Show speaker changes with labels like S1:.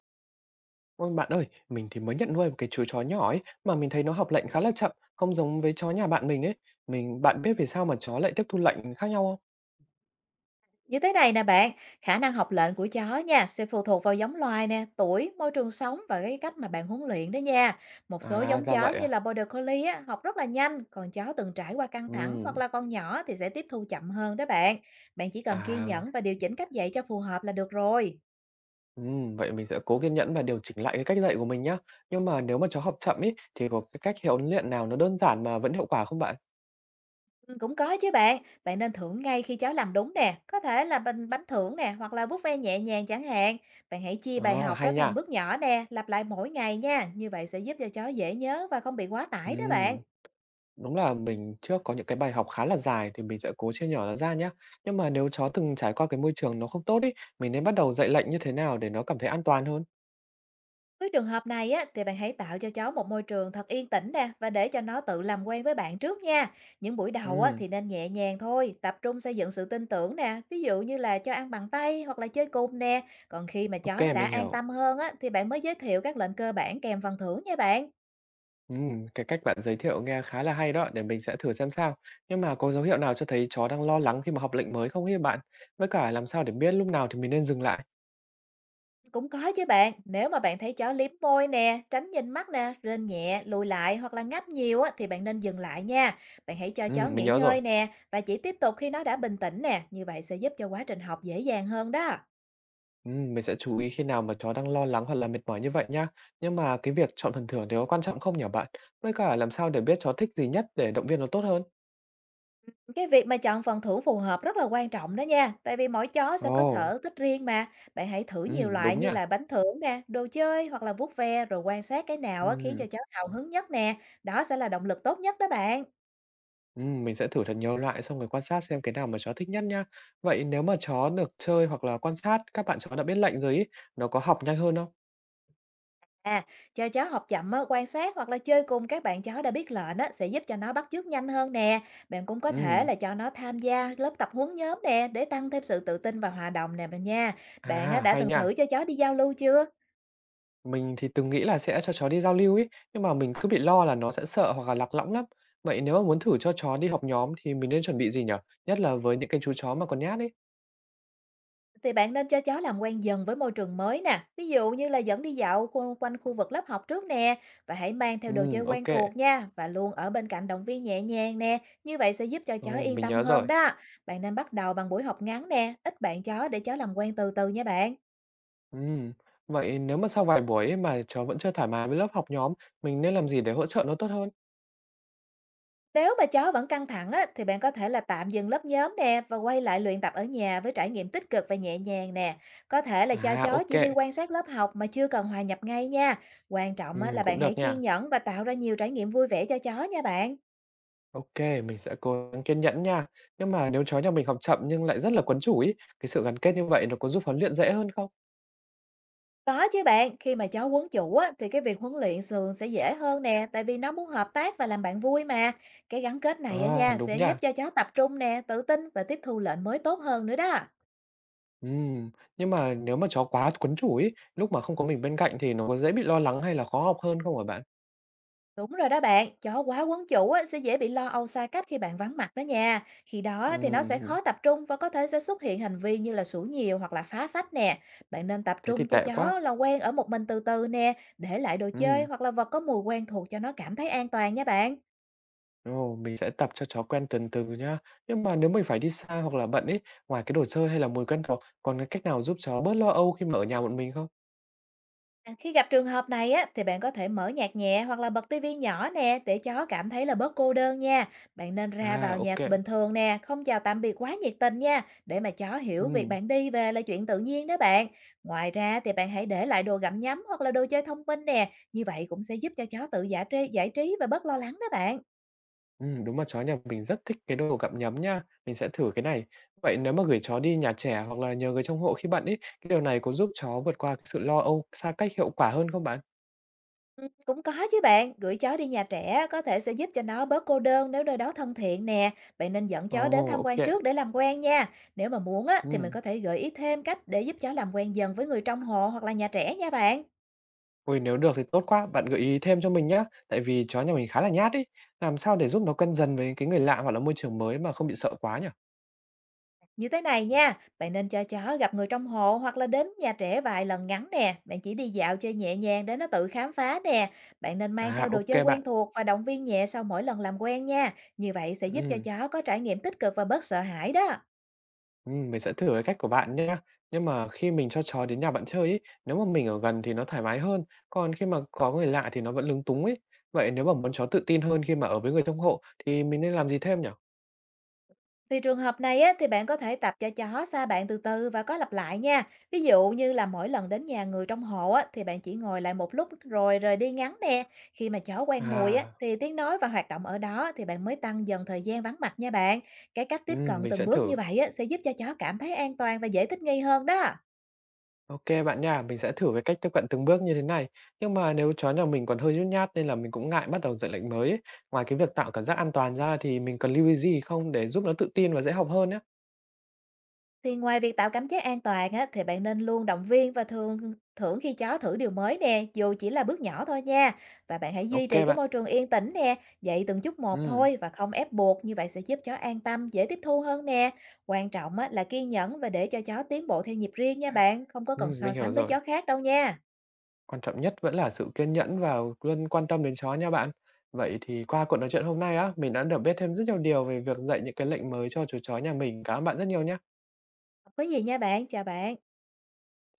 S1: Ôi bạn ơi, mình thì mới nhận nuôi một cái chú chó nhỏ ấy, mà mình thấy nó học lệnh khá là chậm, không giống với chó nhà bạn mình ấy. Mình bạn biết vì sao mà chó lại tiếp thu lệnh khác nhau không?
S2: Như thế này nè bạn, khả năng học lệnh của chó nha sẽ phụ thuộc vào giống loài nè, tuổi, môi trường sống và cái cách mà bạn huấn luyện đó nha. Một số
S1: À,
S2: giống
S1: ra
S2: chó
S1: vậy
S2: như
S1: à?
S2: là Border Collie á, học rất là nhanh, còn chó từng trải qua căng thẳng
S1: Ừ,
S2: hoặc là con nhỏ thì sẽ tiếp thu chậm hơn đó bạn. Bạn chỉ cần kiên
S1: à,
S2: nhẫn và điều chỉnh cách dạy cho phù hợp là được rồi.
S1: vậy mình sẽ cố kiên nhẫn và điều chỉnh lại cái cách dạy của mình nhá. Nhưng mà nếu mà chó học chậm ấy, thì có cái cách huấn luyện nào nó đơn giản mà vẫn hiệu quả không bạn?
S2: Cũng có chứ bạn. Bạn nên thưởng ngay khi cháu làm đúng nè, có thể là bánh bánh thưởng nè, hoặc là vuốt ve nhẹ nhàng chẳng hạn. Bạn hãy chia bài
S1: Ờ,
S2: học tới
S1: hay
S2: thành
S1: nha.
S2: bước nhỏ nè, lặp lại mỗi ngày nha. Như vậy sẽ giúp cho cháu dễ nhớ và không bị quá tải đó bạn.
S1: Ừm. Đúng là mình trước có những cái bài học khá là dài thì mình sẽ cố chia nhỏ nó ra nhé. Nhưng mà nếu chó từng trải qua cái môi trường nó không tốt ấy, mình nên bắt đầu dạy lệnh như thế nào để nó cảm thấy an toàn hơn?
S2: Với trường hợp này á, thì bạn hãy tạo cho cháu một môi trường thật yên tĩnh nè và để cho nó tự làm quen với bạn trước nha. Những buổi đầu á,
S1: Ừm,
S2: thì nên nhẹ nhàng thôi, tập trung xây dựng sự tin tưởng nè, ví dụ như là cho ăn bằng tay hoặc là chơi cùng nè. Còn khi mà
S1: ok,
S2: chó nó đã
S1: mình
S2: an
S1: hiểu.
S2: tâm hơn á, thì bạn mới giới thiệu các lệnh cơ bản kèm phần thưởng nha bạn.
S1: Cái cách bạn giới thiệu nghe khá là hay đó, để mình sẽ thử xem sao. Nhưng mà có dấu hiệu nào cho thấy chó đang lo lắng khi mà học lệnh mới không ấy bạn? Với cả làm sao để biết lúc nào thì mình nên dừng lại?
S2: Cũng có chứ bạn, nếu mà bạn thấy chó liếm môi nè, tránh nhìn mắt nè, rên nhẹ, lùi lại hoặc là ngáp nhiều á, thì bạn nên dừng lại nha. Bạn hãy cho chó
S1: Mình
S2: nghỉ
S1: nhớ rồi.
S2: ngơi nè và chỉ tiếp tục khi nó đã bình tĩnh nè, như vậy sẽ giúp cho quá trình học dễ dàng hơn đó.
S1: Mình sẽ chú ý khi nào mà chó đang lo lắng hoặc là mệt mỏi như vậy nhá. Nhưng mà cái việc chọn phần thưởng thì có quan trọng không nhỉ bạn? Với cả làm sao để biết chó thích gì nhất để động viên nó tốt hơn?
S2: Cái việc mà chọn phần thưởng phù hợp rất là quan trọng đó nha, tại vì mỗi chó sẽ có
S1: Ồ,
S2: sở thích riêng mà. Bạn hãy thử nhiều loại
S1: đúng nhỉ.
S2: như là bánh thưởng nè, đồ chơi hoặc là vuốt ve rồi quan sát cái nào á, khiến cho
S1: Ừm,
S2: chó hào hứng nhất nè. Đó sẽ là động lực tốt nhất đó bạn.
S1: mình sẽ thử thật nhiều loại xong rồi quan sát xem cái nào mà chó thích nhất nhá. Vậy nếu mà chó được chơi hoặc là quan sát các bạn chó đã biết lệnh rồi ý, nó có học nhanh hơn không?
S2: À, cho chó học chậm á, quan sát hoặc là chơi cùng các bạn chó đã biết lệnh á, sẽ giúp cho nó bắt chước nhanh hơn nè. Bạn cũng có thể
S1: Ừm,
S2: là cho nó tham gia lớp tập huấn nhóm nè để tăng thêm sự tự tin và hòa đồng nè bạn nha. Bạn á,
S1: à
S2: đã
S1: hay
S2: từng
S1: nhỉ.
S2: thử cho chó đi giao lưu chưa?
S1: Mình thì từng nghĩ là sẽ cho chó đi giao lưu ấy, nhưng mà mình cứ bị lo là nó sẽ sợ hoặc là lạc lõng lắm. Vậy nếu mà muốn thử cho chó đi học nhóm thì mình nên chuẩn bị gì nhở? Nhất là với những cái chú chó mà còn nhát ấy.
S2: Thì bạn nên cho chó làm quen dần với môi trường mới nè, ví dụ như là dẫn đi dạo quanh khu vực lớp học trước nè, và hãy mang theo đồ chơi quen
S1: Ok.
S2: thuộc nha, và luôn ở bên cạnh động viên nhẹ nhàng nè, như vậy sẽ giúp cho chó
S1: Ồ,
S2: yên
S1: mình
S2: tâm
S1: nhớ
S2: hơn
S1: rồi.
S2: đó. Bạn nên bắt đầu bằng buổi học ngắn nè, ít bạn chó để chó làm quen từ từ nha bạn.
S1: Ừm. Vậy nếu mà sau vài buổi ấy mà chó vẫn chưa thoải mái với lớp học nhóm, mình nên làm gì để hỗ trợ nó tốt hơn?
S2: Nếu mà chó vẫn căng thẳng á, thì bạn có thể là tạm dừng lớp nhóm nè và quay lại luyện tập ở nhà với trải nghiệm tích cực và nhẹ nhàng nè. Có thể là cho
S1: À,
S2: chó
S1: ok.
S2: chỉ đi quan sát lớp học mà chưa cần hòa nhập ngay nha. Quan trọng á, là bạn
S1: Cũng được
S2: hãy kiên
S1: nha.
S2: nhẫn và tạo ra nhiều trải nghiệm vui vẻ cho chó nha bạn.
S1: Ok, mình sẽ cố gắng kiên nhẫn nha. Nhưng mà nếu chó nhà mình học chậm nhưng lại rất là quấn chủ ý, cái sự gắn kết như vậy nó có giúp huấn luyện dễ hơn không?
S2: Có chứ bạn, khi mà chó quấn chủ á, thì cái việc huấn luyện sườn sẽ dễ hơn nè, tại vì nó muốn hợp tác và làm bạn vui mà. Cái gắn kết này á
S1: À,
S2: nha,
S1: đúng
S2: sẽ giúp
S1: nha.
S2: cho chó tập trung nè, tự tin và tiếp thu lệnh mới tốt hơn nữa đó.
S1: Ừm, nhưng mà nếu mà chó quá quấn chủ ấy, lúc mà không có mình bên cạnh thì nó có dễ bị lo lắng hay là khó học hơn không hả bạn?
S2: Đúng rồi đó bạn, chó quá quấn chủ á, sẽ dễ bị lo âu xa cách khi bạn vắng mặt đó nha. Khi đó thì nó sẽ
S1: Ừm,
S2: khó tập trung và có thể sẽ xuất hiện hành vi như là sủa nhiều hoặc là phá phách nè. Bạn nên tập
S1: thế thì
S2: trung cho
S1: tệ quá.
S2: chó là quen ở một mình từ từ nè, để lại đồ chơi
S1: Ừm,
S2: hoặc là vật có mùi quen thuộc cho nó cảm thấy an toàn nha bạn.
S1: ồ, mình sẽ tập cho chó quen từng từ nhá. Nhưng mà nếu mình phải đi xa hoặc là bận ấy, ngoài cái đồ chơi hay là mùi quen thuộc, còn cái cách nào giúp chó bớt lo âu khi mà ở nhà một mình không?
S2: À, khi gặp trường hợp này á, thì bạn có thể mở nhạc nhẹ hoặc là bật tivi nhỏ nè để chó cảm thấy là bớt cô đơn nha. Bạn nên ra vào
S1: À,
S2: nhà
S1: OK.
S2: bình thường nè, không chào tạm biệt quá nhiệt tình nha, để mà chó hiểu việc
S1: Ừm,
S2: bạn đi về là chuyện tự nhiên đó bạn. Ngoài ra thì bạn hãy để lại đồ gặm nhấm hoặc là đồ chơi thông minh nè, như vậy cũng sẽ giúp cho chó tự giải trí và bớt lo lắng đó bạn.
S1: đúng mà chó nhà mình rất thích cái đồ gặm nhấm nha, mình sẽ thử cái này. Vậy nếu mà gửi chó đi nhà trẻ hoặc là nhờ người trông hộ khi bận ấy, cái điều này có giúp chó vượt qua cái sự lo âu, xa cách hiệu quả hơn không bạn?
S2: Cũng có chứ bạn, gửi chó đi nhà trẻ có thể sẽ giúp cho nó bớt cô đơn nếu nơi đó thân thiện nè. Bạn nên dẫn
S1: Ồ,
S2: chó đến tham
S1: ok.
S2: quan
S1: Kê.
S2: trước để làm quen nha. Nếu mà muốn á, thì mình
S1: Ừm.
S2: có thể gợi ý thêm cách để giúp chó làm quen dần với người trong hộ hoặc là nhà trẻ nha bạn.
S1: Ôi, nếu được thì tốt quá, bạn gợi ý thêm cho mình nhé. Tại vì chó nhà mình khá là nhát ý. Làm sao để giúp nó quen dần với cái người lạ hoặc là môi trường mới mà không bị sợ quá nhỉ?
S2: Như thế này nha, bạn nên cho chó gặp người trong hộ hoặc là đến nhà trẻ vài lần ngắn nè. Bạn chỉ đi dạo chơi nhẹ nhàng để nó tự khám phá nè. Bạn nên mang
S1: À,
S2: theo đồ
S1: ok
S2: chơi quen
S1: bạn.
S2: thuộc và động viên nhẹ sau mỗi lần làm quen nha. Như vậy sẽ giúp cho
S1: Ừm,
S2: chó có trải nghiệm tích cực và bớt sợ hãi đó.
S1: mình sẽ thử cái cách của bạn nhé. Nhưng mà khi mình cho chó đến nhà bạn chơi ý, nếu mà mình ở gần thì nó thoải mái hơn, còn khi mà có người lạ thì nó vẫn lúng túng ý. Vậy nếu mà muốn chó tự tin hơn khi mà ở với người trong hộ thì mình nên làm gì thêm nhỉ?
S2: Thì trường hợp này á, thì bạn có thể tập cho chó xa bạn từ từ và có lặp lại nha. Ví dụ như là mỗi lần đến nhà người trong hộ á, thì bạn chỉ ngồi lại một lúc rồi rời đi ngắn nè. Khi mà chó quen mùi á,
S1: À,
S2: thì tiếng nói và hoạt động ở đó thì bạn mới tăng dần thời gian vắng mặt nha bạn. Cái cách tiếp cận
S1: mình
S2: từng
S1: sẽ
S2: bước như
S1: thử.
S2: vậy á, sẽ giúp cho chó cảm thấy an toàn và dễ thích nghi hơn đó.
S1: OK bạn nha, mình sẽ thử cái cách tiếp cận từng bước như thế này. Nhưng mà nếu chó nhà mình còn hơi nhút nhát nên là mình cũng ngại bắt đầu dạy lệnh mới ấy. Ngoài cái việc tạo cảm giác an toàn ra thì mình cần lưu ý gì không để giúp nó tự tin và dễ học hơn nhé?
S2: Thì ngoài việc tạo cảm giác an toàn á, thì bạn nên luôn động viên và thường thưởng khi chó thử điều mới nè, dù chỉ là bước nhỏ thôi nha. Và bạn hãy duy
S1: OK
S2: trì cái
S1: bạn.
S2: môi trường yên tĩnh nè, dạy từng chút một
S1: Ừm,
S2: thôi và không ép buộc, như vậy sẽ giúp chó an tâm, dễ tiếp thu hơn nè. Quan trọng á, là kiên nhẫn và để cho chó tiến bộ theo nhịp riêng nha bạn, không có cần so
S1: mình hiểu
S2: sánh với
S1: rồi.
S2: chó khác đâu nha.
S1: Quan trọng nhất vẫn là sự kiên nhẫn và luôn quan tâm đến chó nha bạn. Vậy thì qua cuộc nói chuyện hôm nay á, mình đã được biết thêm rất nhiều điều về việc dạy những cái lệnh mới cho chú chó nhà mình. Cảm ơn bạn rất nhiều nhé.
S2: Không có gì nha bạn, chào bạn.